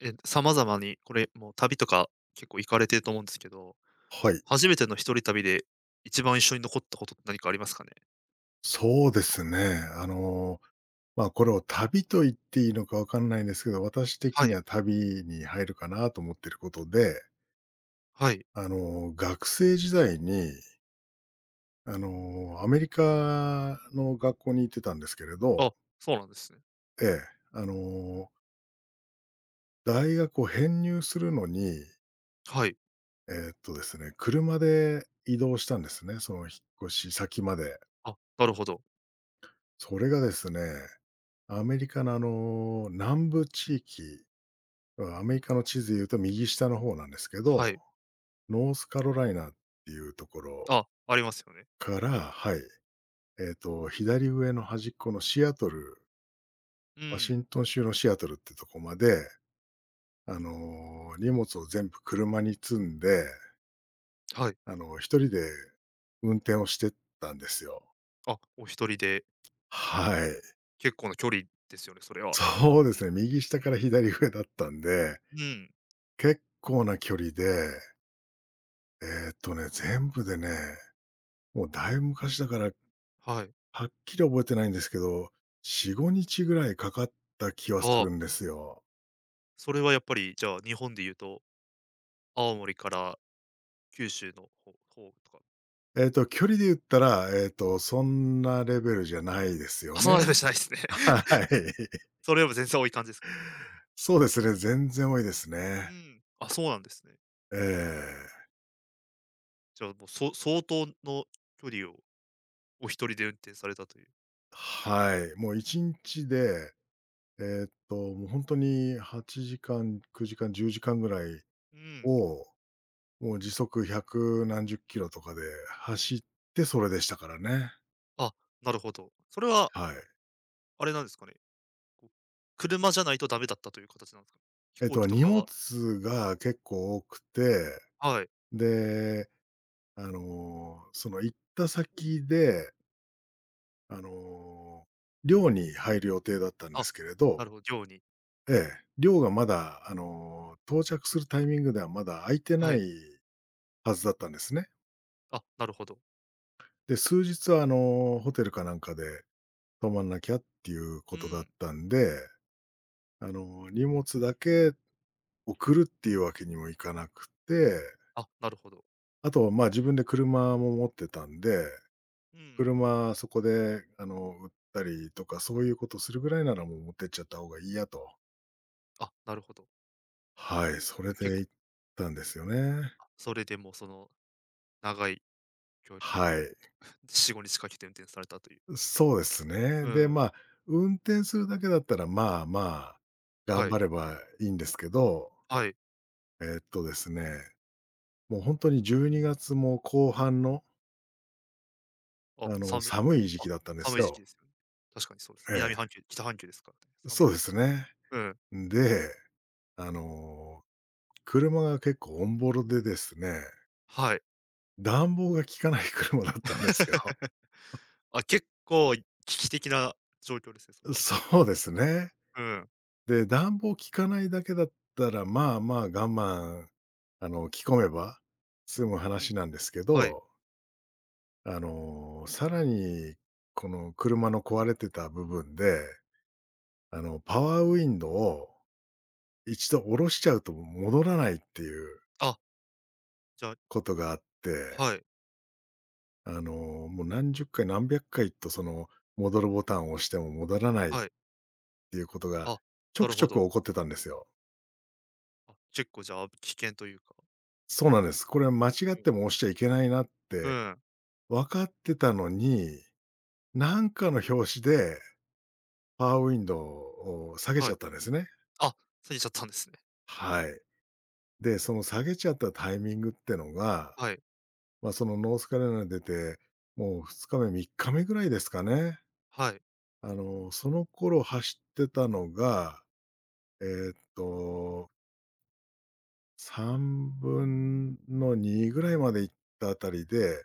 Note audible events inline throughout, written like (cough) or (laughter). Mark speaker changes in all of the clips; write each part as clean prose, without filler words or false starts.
Speaker 1: 様々に、これ、もう旅とか結構行かれてると思うんですけど、
Speaker 2: はい、
Speaker 1: 初めての一人旅で一番一緒に残ったことって何かありますかね？
Speaker 2: そうですね。まあ、これを旅と言っていいのかわかんないんですけど、私的
Speaker 1: は
Speaker 2: に
Speaker 1: い、
Speaker 2: は旅に入るかなと思ってることで、
Speaker 1: はい。
Speaker 2: 学生時代に、アメリカの学校に行ってたんですけれど、
Speaker 1: あ、そうなんですね。
Speaker 2: ええ、あの、大学を編入するのに、
Speaker 1: はい。
Speaker 2: ですね、車で移動したんですね、その引っ越し先まで。
Speaker 1: あ、なるほど。
Speaker 2: それがですね、アメリカの南部地域、アメリカの地図で言うと右下の方なんですけ
Speaker 1: は
Speaker 2: ど、
Speaker 1: い。
Speaker 2: ノースカロライナっていうところ
Speaker 1: あ、ありますよね。
Speaker 2: から、はい、左上の端っこのシアトル、
Speaker 1: う
Speaker 2: ワシ
Speaker 1: ん、
Speaker 2: ントン州のシアトルってとこまで、荷物を全部車に積んで、
Speaker 1: はい。
Speaker 2: 一人で運転をしてったんですよ。
Speaker 1: あ、お一人で、
Speaker 2: はい。
Speaker 1: 結構な距離ですよね、それ
Speaker 2: (laughs)
Speaker 1: は。
Speaker 2: そうですね、右下から左上だったんで、
Speaker 1: うん、
Speaker 2: 結構な距離で、全部でね、もうだいぶ昔だから
Speaker 1: はい。
Speaker 2: はっきり覚えてないんですけど、4、5日ぐらいかかった気はす
Speaker 1: ああ、
Speaker 2: るんですよ。
Speaker 1: それはやっぱり、じゃあ、日本で言うと、青森から九州の方とか
Speaker 2: 距離で言ったら、そんなレベルじゃないですよ
Speaker 1: あ、そんなで
Speaker 2: ね。
Speaker 1: もしないですね。
Speaker 2: (laughs) はい。
Speaker 1: (laughs) それよりも全然多い感じですか？
Speaker 2: (laughs) そうですね、全然多いです
Speaker 1: う
Speaker 2: ね。
Speaker 1: ん、あ、そうなんですね。
Speaker 2: ええ。
Speaker 1: じゃあ、もう、相当の距離をお一人で運転されたという。
Speaker 2: はい。もう1日で、もうほんとに8時間、9時間、10時間ぐらい
Speaker 1: うん。
Speaker 2: を、もう時速百何十キロとかで走ってそれでしたからね。
Speaker 1: あ、なるほど。それは
Speaker 2: はい。
Speaker 1: あれなんですかね。こう、車じゃないとダメだったという形なんですか？飛行機と
Speaker 2: 荷
Speaker 1: かは
Speaker 2: 物が結構多くて、
Speaker 1: はい。
Speaker 2: で、その行った先で、あの、寮に入る予定だったんで
Speaker 1: あ、
Speaker 2: すけれ
Speaker 1: な
Speaker 2: ど、
Speaker 1: るほど、寮に
Speaker 2: ええ、寮がまだ、到着するタイミングではまだ空いて
Speaker 1: は
Speaker 2: ない
Speaker 1: い。
Speaker 2: はずだったんですね。
Speaker 1: あ、なるほど。
Speaker 2: で、数日は、ホテルかなんかで泊まんなきゃっていう
Speaker 1: う
Speaker 2: ことだっ
Speaker 1: ん。
Speaker 2: たんで、荷物だけ送るっていうわけにもいかなくて。
Speaker 1: あ、なるほど。
Speaker 2: あと、まあ、自分で車も持ってたんで、
Speaker 1: うん。
Speaker 2: 車そこで、売ったりとか、そういうことするぐらいならもう持ってっちゃった方がいいやと。
Speaker 1: あ、なるほど。
Speaker 2: はい、それ
Speaker 1: あ、結
Speaker 2: で
Speaker 1: 構、
Speaker 2: 行ったんですよね。
Speaker 1: あ、それでもその長い距離を
Speaker 2: はい。
Speaker 1: 4、5日かけて運転されたという。
Speaker 2: そうですね。
Speaker 1: う
Speaker 2: で、
Speaker 1: ん。
Speaker 2: まあ、運転するだけだったら、まあまあ、頑
Speaker 1: はい。
Speaker 2: 張ればいいんですけど、
Speaker 1: はい。
Speaker 2: えっとですね、もうほんに12月も後半の、
Speaker 1: あ、寒い。
Speaker 2: 寒い時
Speaker 1: あ、
Speaker 2: 期だったんで
Speaker 1: 寒
Speaker 2: す
Speaker 1: い時期
Speaker 2: よ。
Speaker 1: ですよね。確かにそうです。
Speaker 2: え
Speaker 1: 南半球北半球ですからね。
Speaker 2: え、
Speaker 1: 寒い
Speaker 2: そ
Speaker 1: で
Speaker 2: うで
Speaker 1: すよ。
Speaker 2: すね。
Speaker 1: うん。
Speaker 2: で、あの車が結構オンボロでですね、
Speaker 1: はい。
Speaker 2: 暖房が効かない車だったんですよ。
Speaker 1: (laughs) あ、結構危機的な状況ですね、それは。
Speaker 2: そうですね。
Speaker 1: うん。
Speaker 2: で、暖房効かないだけだったら、まあまあ我慢、着込めば済む話なんですけ
Speaker 1: はい。
Speaker 2: ど、さらに、この車の壊れてた部分で、パワーウィンドウを一度下ろしちゃうと戻らないっていう
Speaker 1: あ、じゃあ、
Speaker 2: ことがあって、
Speaker 1: はい、
Speaker 2: もう何十回何百回とその戻るボタンを押しても戻らないっ
Speaker 1: はい。
Speaker 2: ていうことが
Speaker 1: あ、
Speaker 2: ち
Speaker 1: な
Speaker 2: ょ
Speaker 1: る
Speaker 2: くち
Speaker 1: ほ
Speaker 2: ょく
Speaker 1: ど。
Speaker 2: 起こってたんですよ。
Speaker 1: あ、結構じゃあ、危険というか。
Speaker 2: そうなんです。これは間違っ
Speaker 1: うん。
Speaker 2: ても押しちゃいけないなっ
Speaker 1: う
Speaker 2: て
Speaker 1: ん、
Speaker 2: 分かってたのに、なんかの拍子でパワーウィンドウを下げ
Speaker 1: は
Speaker 2: ちゃ
Speaker 1: い。
Speaker 2: ったんですね。
Speaker 1: あ、過ぎちゃったんですね。
Speaker 2: はい。で、その下げちゃったタイミングってのが、
Speaker 1: はい、
Speaker 2: まあ、そのノースカロライナ出て、もう2日目、3日目ぐらいですかね。
Speaker 1: はい、
Speaker 2: その頃走ってたのが、えーっと3分の2ぐらいまで行ったあたりで、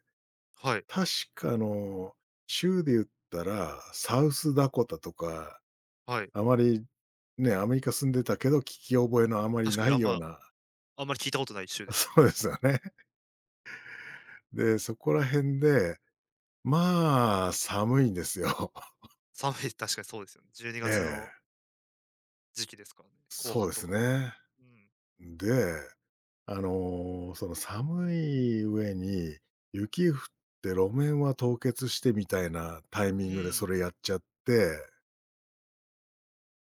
Speaker 1: はい、
Speaker 2: 確か州で言ったら、サウスダコタとか、
Speaker 1: はい。
Speaker 2: あまりね、アメリカ住んでたけど、聞き覚えのあまり
Speaker 1: 確か
Speaker 2: な
Speaker 1: に
Speaker 2: いような。
Speaker 1: あんまり聞いたことない週
Speaker 2: (laughs)
Speaker 1: ですね。
Speaker 2: そうですよね。で、そこら辺で、まあ、寒いんですよ。
Speaker 1: 寒い、確かにそうですよね。12
Speaker 2: (laughs) え
Speaker 1: 月の
Speaker 2: え、
Speaker 1: 時期ですからね、後
Speaker 2: そう
Speaker 1: 半
Speaker 2: で
Speaker 1: と
Speaker 2: す
Speaker 1: か。
Speaker 2: ね。
Speaker 1: うん。
Speaker 2: で、その寒い上に、雪降って路面は凍結してみたいなタイ
Speaker 1: う
Speaker 2: ミングでそ
Speaker 1: ん。
Speaker 2: れやっちゃって、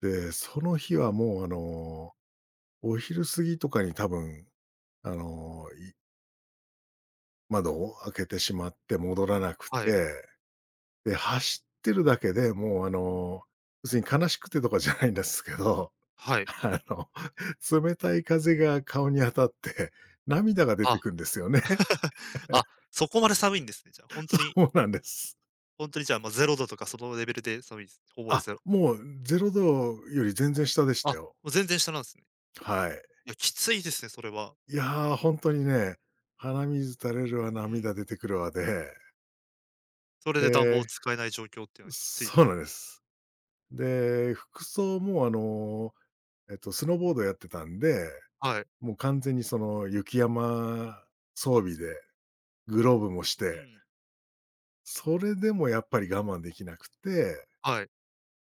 Speaker 2: で、その日はもうお昼過ぎとかに多分、あの、い窓を開けてしまって戻らなく
Speaker 1: はい、
Speaker 2: て、で、走ってるだけでもう別に悲しくてとかじゃないんですけど、
Speaker 1: は
Speaker 2: (laughs)
Speaker 1: い。
Speaker 2: あの、冷たい風が顔に当たって、涙が出て
Speaker 1: あ、
Speaker 2: くんですよね。
Speaker 1: (laughs) あ、そこまで寒いんですね、じゃあ、
Speaker 2: (laughs)
Speaker 1: 本当
Speaker 2: そ
Speaker 1: に
Speaker 2: うなんです。
Speaker 1: ほんとにじゃあ、ま、ゼロだとかそのレベルで、寒いです。ほぼで
Speaker 2: あ、
Speaker 1: すよ。
Speaker 2: もうゼロ度より全然下でし
Speaker 1: あ、も
Speaker 2: たよ。
Speaker 1: う全然下なんすね。
Speaker 2: はい。
Speaker 1: いや、きついですね、それは。
Speaker 2: いや、ほんとにね、鼻水垂れるわ、
Speaker 1: うん。
Speaker 2: 涙出てくるわで、
Speaker 1: それで暖房を
Speaker 2: で、
Speaker 1: 使えない状況っていうのはきついで
Speaker 2: そう
Speaker 1: す
Speaker 2: なん
Speaker 1: ね。
Speaker 2: です。で、服装も、スノーボードやってたんで、
Speaker 1: はい。
Speaker 2: もう完全にその雪山装備で、グローブもし
Speaker 1: う
Speaker 2: て、
Speaker 1: ん。
Speaker 2: それでもやっぱり我慢できなくて、
Speaker 1: はい、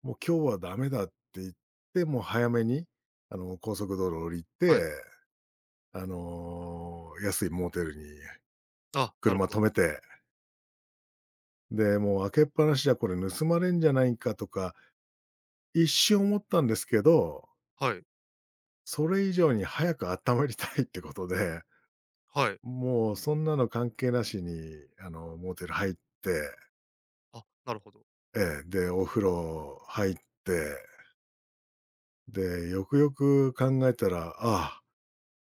Speaker 2: もう今日はダメだって言って、もう早めに、高速道路降り
Speaker 1: は
Speaker 2: て、
Speaker 1: い。
Speaker 2: 安いモーテルに
Speaker 1: あ、なるほ
Speaker 2: 車
Speaker 1: ど。
Speaker 2: 止めて、で、もう開けっぱなしじゃこれ盗まれんじゃないかとか、一瞬思ったんですけど、
Speaker 1: はい、
Speaker 2: それ以上に早く温まりたいってことで、
Speaker 1: はい。
Speaker 2: もうそんなの関係なしに、モーテル入って、
Speaker 1: あ、なるほど。
Speaker 2: ええ、で、お風呂入って、で、よくよく考えたら、ああ、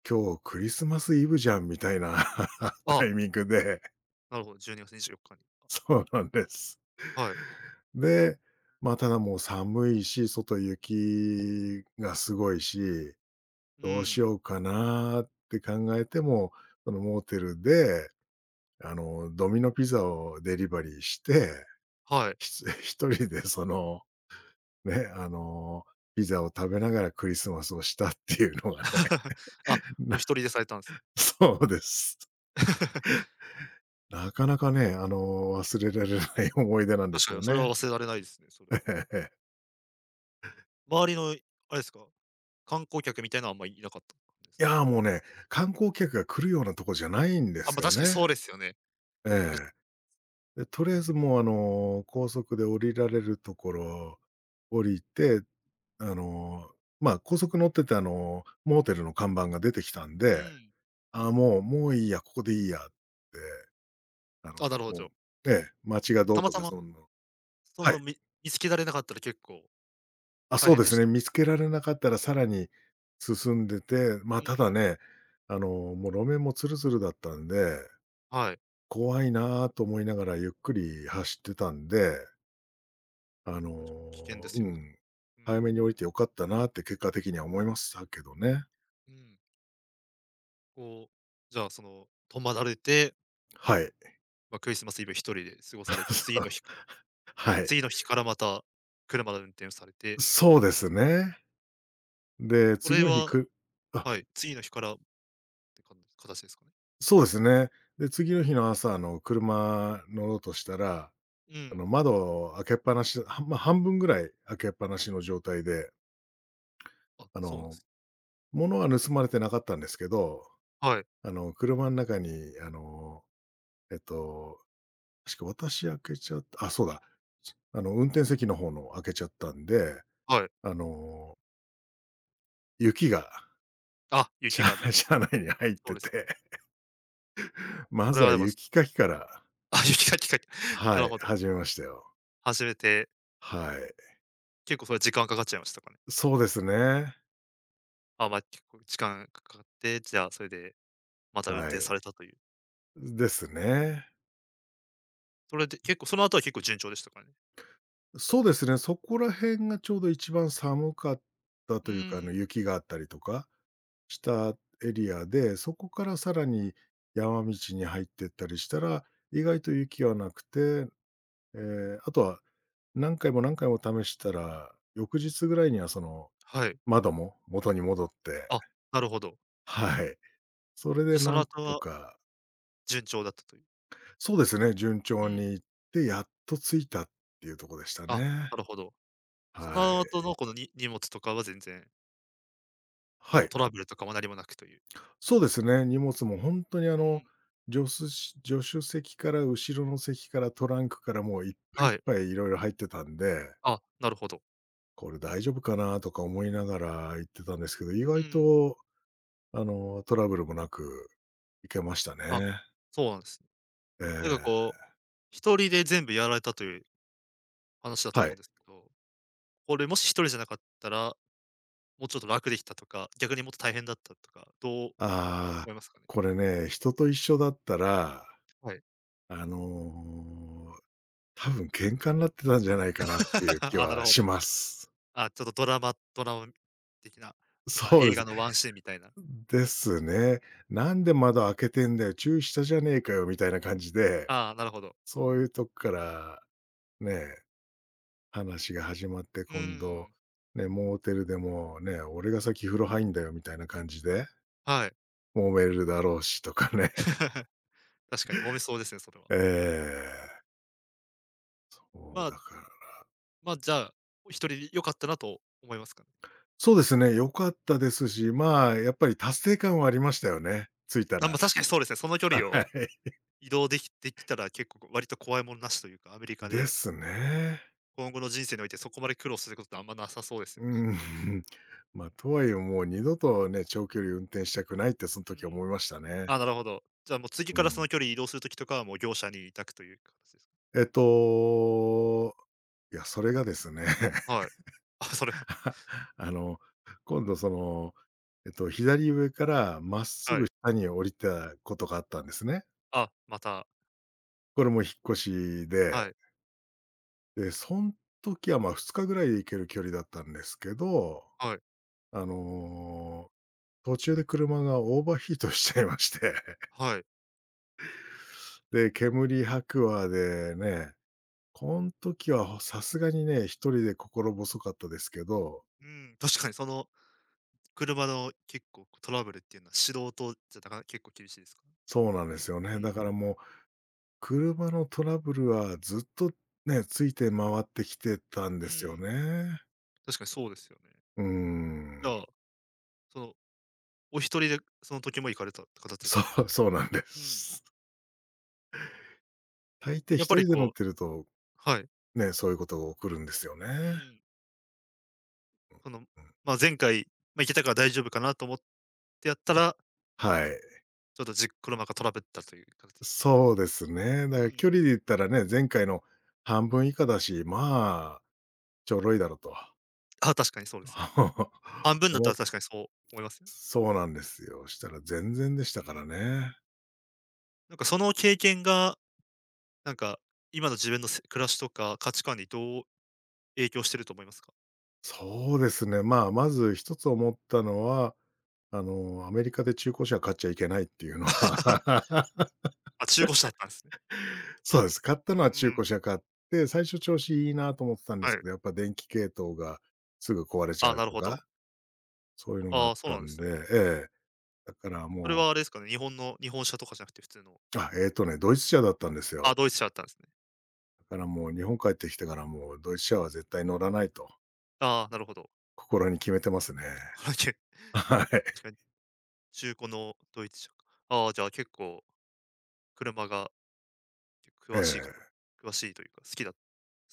Speaker 2: 今日クリスマスイブじゃんみたいな (laughs) タ
Speaker 1: あ、
Speaker 2: イミングで、
Speaker 1: なるほど、12月24日にじゅうよっかに。
Speaker 2: そうなんです。
Speaker 1: あ、はい。
Speaker 2: で、まあ、ただもう寒いし、外雪がすごいし、
Speaker 1: う
Speaker 2: どうし
Speaker 1: ん、
Speaker 2: ようかなって考えても、そのモーテルで、ドミノピザをデリバリーして、
Speaker 1: はい。
Speaker 2: ひつ (laughs) 一人でその、ね、ピザを食べながらクリスマスをしたっていうのがね、
Speaker 1: (laughs) あ、
Speaker 2: (laughs)
Speaker 1: お
Speaker 2: な
Speaker 1: 一人でされたんすね。
Speaker 2: そうです。
Speaker 1: (laughs)
Speaker 2: (laughs) なかなかね、忘れられない思い出なんで
Speaker 1: 確
Speaker 2: す
Speaker 1: か
Speaker 2: よ
Speaker 1: にそれは
Speaker 2: ね。
Speaker 1: 忘れられないですね、それは。
Speaker 2: (laughs) ええ。
Speaker 1: 周りの、あれですか、観光客みたいのはあんまいなかったんです？
Speaker 2: いや、もうね、観光客が来るようなとこじゃないんで
Speaker 1: あ、
Speaker 2: す
Speaker 1: ま、
Speaker 2: よ
Speaker 1: 確かに
Speaker 2: ね。
Speaker 1: そうですよね。
Speaker 2: え
Speaker 1: たし
Speaker 2: え。で、とりあえずもう、高速で降りられるところ降りて、あの、まあ、高速乗ってて、モーテルの看板が出てきたん
Speaker 1: う
Speaker 2: で、
Speaker 1: ん。
Speaker 2: ああ、もういいや、ここでいいやって、
Speaker 1: あ、なるほ
Speaker 2: もう、
Speaker 1: ど。
Speaker 2: ええ、街がど
Speaker 1: た
Speaker 2: う
Speaker 1: ま
Speaker 2: と
Speaker 1: た
Speaker 2: か
Speaker 1: ま、
Speaker 2: そんな、
Speaker 1: そ
Speaker 2: は
Speaker 1: の、
Speaker 2: い。
Speaker 1: 見つけられなかったら結構
Speaker 2: あ、
Speaker 1: 大
Speaker 2: そう
Speaker 1: 変
Speaker 2: で
Speaker 1: で
Speaker 2: す
Speaker 1: し
Speaker 2: ね、
Speaker 1: た。
Speaker 2: 見つけられなかったらさらに進んでて、
Speaker 1: う
Speaker 2: まあ、ただ
Speaker 1: ん。
Speaker 2: ね、もう路面もツルツルだったんで、
Speaker 1: はい。
Speaker 2: 怖いなと思いながらゆっくり走ってたんで、あ
Speaker 1: 確かに危険で
Speaker 2: の、
Speaker 1: す
Speaker 2: う
Speaker 1: よね。
Speaker 2: ん、
Speaker 1: う
Speaker 2: 早
Speaker 1: ん。
Speaker 2: めに降りて良かったなって結果的には思いましたけどね。
Speaker 1: うん。こう、じゃあ、その、泊まられて、
Speaker 2: はい。
Speaker 1: ま、クリスマスイブ一人で過ごされて、次の日
Speaker 2: (laughs) はい。
Speaker 1: 次の日からまた車の運転をされて、
Speaker 2: そうで
Speaker 1: あ、
Speaker 2: すね。で、
Speaker 1: そ
Speaker 2: 次
Speaker 1: れ
Speaker 2: の日
Speaker 1: は
Speaker 2: くあ、
Speaker 1: はい、次の日からって形ですかね？
Speaker 2: そうですね。で、次の日の朝、車乗ろうとしたら、
Speaker 1: うん。
Speaker 2: 窓を開けっぱなし、はまあ、半分ぐらい開けっぱなしの状態で、
Speaker 1: あ、
Speaker 2: あ
Speaker 1: そうなんで
Speaker 2: の、
Speaker 1: す。
Speaker 2: 物は盗まれてなかったんですけど、
Speaker 1: はい、
Speaker 2: 車の中に、えっと確か私開けちゃった、あ、そうだ。運転席の方の開けちゃったんで、
Speaker 1: はい。
Speaker 2: あの、雪が
Speaker 1: あ、雪
Speaker 2: 車
Speaker 1: が
Speaker 2: (laughs)
Speaker 1: ね、
Speaker 2: 車内に入っ
Speaker 1: そう
Speaker 2: て
Speaker 1: ですよ
Speaker 2: て、
Speaker 1: ね。
Speaker 2: (laughs) ま
Speaker 1: それ
Speaker 2: ず
Speaker 1: は
Speaker 2: は
Speaker 1: でも、
Speaker 2: 雪かきか
Speaker 1: うん。
Speaker 2: ら、
Speaker 1: あ、雪がきか (laughs) な
Speaker 2: は
Speaker 1: る
Speaker 2: い、
Speaker 1: ほど。
Speaker 2: 始めましたよ。
Speaker 1: 初めて、
Speaker 2: はい。
Speaker 1: 結構それ時間かかっちゃいましたか？
Speaker 2: そうですね。
Speaker 1: あ、まあ、結構時間かかって、じゃあ、それでまた運
Speaker 2: は
Speaker 1: 転
Speaker 2: い。
Speaker 1: されたという。
Speaker 2: ですね。
Speaker 1: それで結構その後は結構順調でしたからね？
Speaker 2: そうですね、そこら辺がちょうど一番寒かった
Speaker 1: うー
Speaker 2: というか、
Speaker 1: ん、
Speaker 2: 雪があったりとかしたエリアで、そこからさらに山道に入ってったりしたら、意外と雪はなくて、えあとは、何回も何回も試したら、翌日ぐらいにはその、
Speaker 1: はい。
Speaker 2: 窓も元に戻って、
Speaker 1: あ、なるほど。
Speaker 2: はい。それ
Speaker 1: じ
Speaker 2: で
Speaker 1: ゃ、そ
Speaker 2: な
Speaker 1: の
Speaker 2: ん
Speaker 1: 後
Speaker 2: と
Speaker 1: は
Speaker 2: か、
Speaker 1: 順調だったという。
Speaker 2: そうですね、順
Speaker 1: う
Speaker 2: 調
Speaker 1: ん。
Speaker 2: にいって、やっと着いたっていうとこでした
Speaker 1: あ、
Speaker 2: ね。
Speaker 1: なるほど。そ
Speaker 2: は
Speaker 1: の
Speaker 2: い。
Speaker 1: 後のこのに荷物とかは全然、こ
Speaker 2: は
Speaker 1: う
Speaker 2: い。
Speaker 1: トラブルとかも何もなくという。
Speaker 2: そうですね、荷物も本当に
Speaker 1: うん。
Speaker 2: 助手席から後ろの席からトランクからもういっぱいい
Speaker 1: は
Speaker 2: っ
Speaker 1: い。
Speaker 2: ぱい色々入ってたんで、
Speaker 1: あ、なるほど。
Speaker 2: これ大丈夫かなとか思いながら行ってたんですけど、意
Speaker 1: う
Speaker 2: 外
Speaker 1: ん。
Speaker 2: とトラブルもなく行けました
Speaker 1: あ、
Speaker 2: ね。
Speaker 1: そうなんですね。
Speaker 2: え
Speaker 1: なんか
Speaker 2: え。
Speaker 1: こう、一人で全部やられたという話だと
Speaker 2: は
Speaker 1: 思うん
Speaker 2: い。
Speaker 1: ですけど、これもし一人じゃなかったら、もうちょっと楽できたとか、逆にもっと大変だったとか、どう
Speaker 2: ああ、
Speaker 1: 思いますかね？
Speaker 2: これね、人と一緒だったら、
Speaker 1: はい。
Speaker 2: あの、多分喧嘩になってたんじゃないかなっていう
Speaker 1: (laughs)
Speaker 2: 気
Speaker 1: あ、なる
Speaker 2: は
Speaker 1: ほ
Speaker 2: し
Speaker 1: ど。
Speaker 2: ます。
Speaker 1: あ、ちょっとドラマドラマ的なとか、
Speaker 2: そうで
Speaker 1: 映
Speaker 2: す。
Speaker 1: 画のワンシーンみたいな。
Speaker 2: ですね。「なんで窓開けてんだよ、注意したじゃねえかよ」みたいな感じで、
Speaker 1: あーなるほど。
Speaker 2: そういうとこからね、話が始まって
Speaker 1: うー
Speaker 2: 今度、
Speaker 1: ん、
Speaker 2: ね、モーテルでもね、「俺が先風呂入んだよ」みたいな感じで
Speaker 1: はい。
Speaker 2: 揉めるだろうしとかね。
Speaker 1: (laughs)
Speaker 2: (laughs)
Speaker 1: 確かに揉めそうですね、それは。
Speaker 2: ええ。
Speaker 1: まあ、
Speaker 2: だから、
Speaker 1: まあ、じゃあ、一人で良かったなと思いますかね？
Speaker 2: そうですね、良かったですし、まあ、やっぱり達成感はありましたよね、着いた
Speaker 1: あ、まあ、
Speaker 2: ら。
Speaker 1: 確かにそうですね、その距
Speaker 2: は
Speaker 1: 離を
Speaker 2: い。
Speaker 1: 移動できたら結構割と怖いものなしというか、アメリカ
Speaker 2: で
Speaker 1: で
Speaker 2: すね。
Speaker 1: 今後の人生においてそこまで苦労することってあんまなさそうですよね。
Speaker 2: うん。(laughs) まあ、とはいえもう二度とね、長距離運転したくないってその
Speaker 1: う
Speaker 2: 時
Speaker 1: ん。
Speaker 2: 思いましたね。
Speaker 1: あ、なるほど。じゃあもう次
Speaker 2: う
Speaker 1: からそ
Speaker 2: ん。
Speaker 1: の距離移動する時とかはもう業者に委託という形ですか？
Speaker 2: えっと、いや、それがですね、
Speaker 1: はい。あ、それは
Speaker 2: (laughs) あの、今度その、左上からまっす
Speaker 1: は
Speaker 2: ぐ
Speaker 1: い。
Speaker 2: 下に降りたことがあったんですね。
Speaker 1: あ、また、
Speaker 2: これも引っ越しで、
Speaker 1: はい、
Speaker 2: で、そん時は、ま、2日ぐらいで行ける距離だったんですけど、
Speaker 1: はい、
Speaker 2: あの、途中で車がオーバーヒートしちゃいまして、(laughs)
Speaker 1: はい。
Speaker 2: で、煙白亜でね、この時は、さすがにね、一人で心細かったですけど、
Speaker 1: うん、(laughs) 確かにその車の結構トラブルっていうのは素人じゃなかなか結構厳しいですか？
Speaker 2: そうなんですよ
Speaker 1: う
Speaker 2: ね。だか
Speaker 1: ん、
Speaker 2: らもう、車のトラブルはずっとね、ついて回ってきてたん
Speaker 1: う
Speaker 2: ですよ
Speaker 1: ん、
Speaker 2: ね。
Speaker 1: 確かにそうですよね。
Speaker 2: うー
Speaker 1: じゃ
Speaker 2: ん。
Speaker 1: あ、そのお一人でその時も行かれたって形です
Speaker 2: そ
Speaker 1: か？
Speaker 2: う、そうなんで
Speaker 1: うん。
Speaker 2: す。大抵
Speaker 1: やっぱ
Speaker 2: 一
Speaker 1: り
Speaker 2: 人で乗っ
Speaker 1: こう
Speaker 2: てると
Speaker 1: はい。
Speaker 2: ね、そういうことが起こるんですよね。
Speaker 1: うん。その、
Speaker 2: うん。
Speaker 1: まあ、前回、まあ、行けたから大丈夫かなと思ってやったら、
Speaker 2: はい。
Speaker 1: ちょっと車がトラブったという形ですかね？
Speaker 2: そうですね。
Speaker 1: う
Speaker 2: だから距
Speaker 1: ん。
Speaker 2: 離で言ったらね、前回の半分以下だし、まあ、ちょろいだろと。
Speaker 1: ああ、確かにそうですよ。半
Speaker 2: (laughs)
Speaker 1: 分だった
Speaker 2: 思
Speaker 1: ら
Speaker 2: っ
Speaker 1: 確かにそう思いますよ。
Speaker 2: そうなんですよ。したら全然でした
Speaker 1: う
Speaker 2: から
Speaker 1: ん。
Speaker 2: ね。
Speaker 1: なんかその経験がなんか、今の自分の暮らしとか価値観にどう影響してると思いますか？
Speaker 2: そうですね。まあ、まず一つ思ったのは、アメリカで中古車買っちゃいけないっていうのは。
Speaker 1: (laughs) あ、中古車だったんですね。
Speaker 2: (laughs) そうです。買ったのは
Speaker 1: う
Speaker 2: 中
Speaker 1: ん、
Speaker 2: 古車買って、最初調子いいなと思ってたんで
Speaker 1: は
Speaker 2: す
Speaker 1: い。
Speaker 2: けど、やっぱ電気系統がすぐ壊れちゃ
Speaker 1: あ
Speaker 2: う
Speaker 1: なる
Speaker 2: と
Speaker 1: ほど。
Speaker 2: かそういうのがあ
Speaker 1: あ
Speaker 2: っ
Speaker 1: あ、そう
Speaker 2: た
Speaker 1: なんで
Speaker 2: ん
Speaker 1: すね。
Speaker 2: で、ええ、だから
Speaker 1: それ
Speaker 2: も
Speaker 1: はあれですかね、日本車とかじゃなくて普通の
Speaker 2: う、あ、ね、ドイツ車だったんです
Speaker 1: あ、
Speaker 2: よ。
Speaker 1: ドイツ車だったんですね。
Speaker 2: だからもう日本帰ってきてからもうドイツ車は絶対乗らないと、
Speaker 1: ああ、なるほど。
Speaker 2: 心に決めてますね。
Speaker 1: (laughs) これけ
Speaker 2: (laughs) はい。
Speaker 1: 確かに中古のドイツ車か。ああ、じゃあ結構車が
Speaker 2: え
Speaker 1: 詳しいか
Speaker 2: え。
Speaker 1: 詳しいというか、好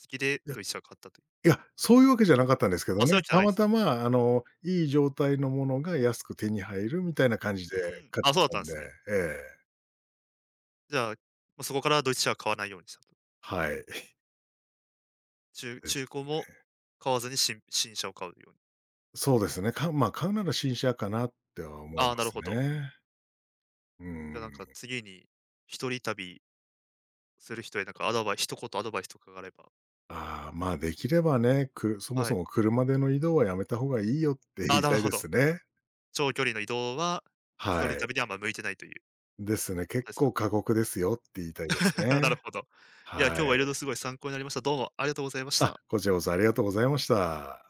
Speaker 1: きで
Speaker 2: いや、
Speaker 1: ドイツ車を買ったという。
Speaker 2: いや、そういうわけじゃなかったんですけ
Speaker 1: あ、
Speaker 2: ど
Speaker 1: そういうわ
Speaker 2: ね、
Speaker 1: けじゃ
Speaker 2: た
Speaker 1: ないんで
Speaker 2: ま
Speaker 1: すね。
Speaker 2: たまいい状態のものが安く手に入るみたいな感じ
Speaker 1: う
Speaker 2: で
Speaker 1: ん、
Speaker 2: 買っ
Speaker 1: あ、
Speaker 2: ちゃっ
Speaker 1: そうだっ
Speaker 2: た
Speaker 1: たん
Speaker 2: ん
Speaker 1: で
Speaker 2: で、
Speaker 1: すね。
Speaker 2: ええ、
Speaker 1: じゃあ、ま、そこからドイツ車は買わないようにしたと。
Speaker 2: はい。です。
Speaker 1: 古も買わずに車を買うように。
Speaker 2: そうですね、か、まあ、買うなら新車かなっては思い
Speaker 1: あ
Speaker 2: ま
Speaker 1: あ、なる
Speaker 2: す
Speaker 1: ほど。
Speaker 2: ね。う
Speaker 1: じゃ、なんか
Speaker 2: ん。
Speaker 1: 次に一人旅する人へなんかアドバイス一言アドバイスとかがあれば。
Speaker 2: ああ、まあ、できればね、くそも
Speaker 1: は
Speaker 2: そ
Speaker 1: い。
Speaker 2: も車での移動はやめた方がいいよって
Speaker 1: ああ、
Speaker 2: 言い
Speaker 1: なる
Speaker 2: たい
Speaker 1: ほ
Speaker 2: で
Speaker 1: ど。
Speaker 2: すね。
Speaker 1: 長距離の移動は、一
Speaker 2: は
Speaker 1: 人
Speaker 2: い。
Speaker 1: 旅にはあんま向いてないという、
Speaker 2: ですね。結
Speaker 1: ですか
Speaker 2: 構
Speaker 1: ね。
Speaker 2: 過酷ですよって言いたいです
Speaker 1: (laughs) なる
Speaker 2: ね。
Speaker 1: ほど。いや、
Speaker 2: は
Speaker 1: 今日はいろいろ
Speaker 2: い。
Speaker 1: すごい参考になりました。どうもありがとうございまし
Speaker 2: あ、
Speaker 1: た。
Speaker 2: こちらこそありがとうございました。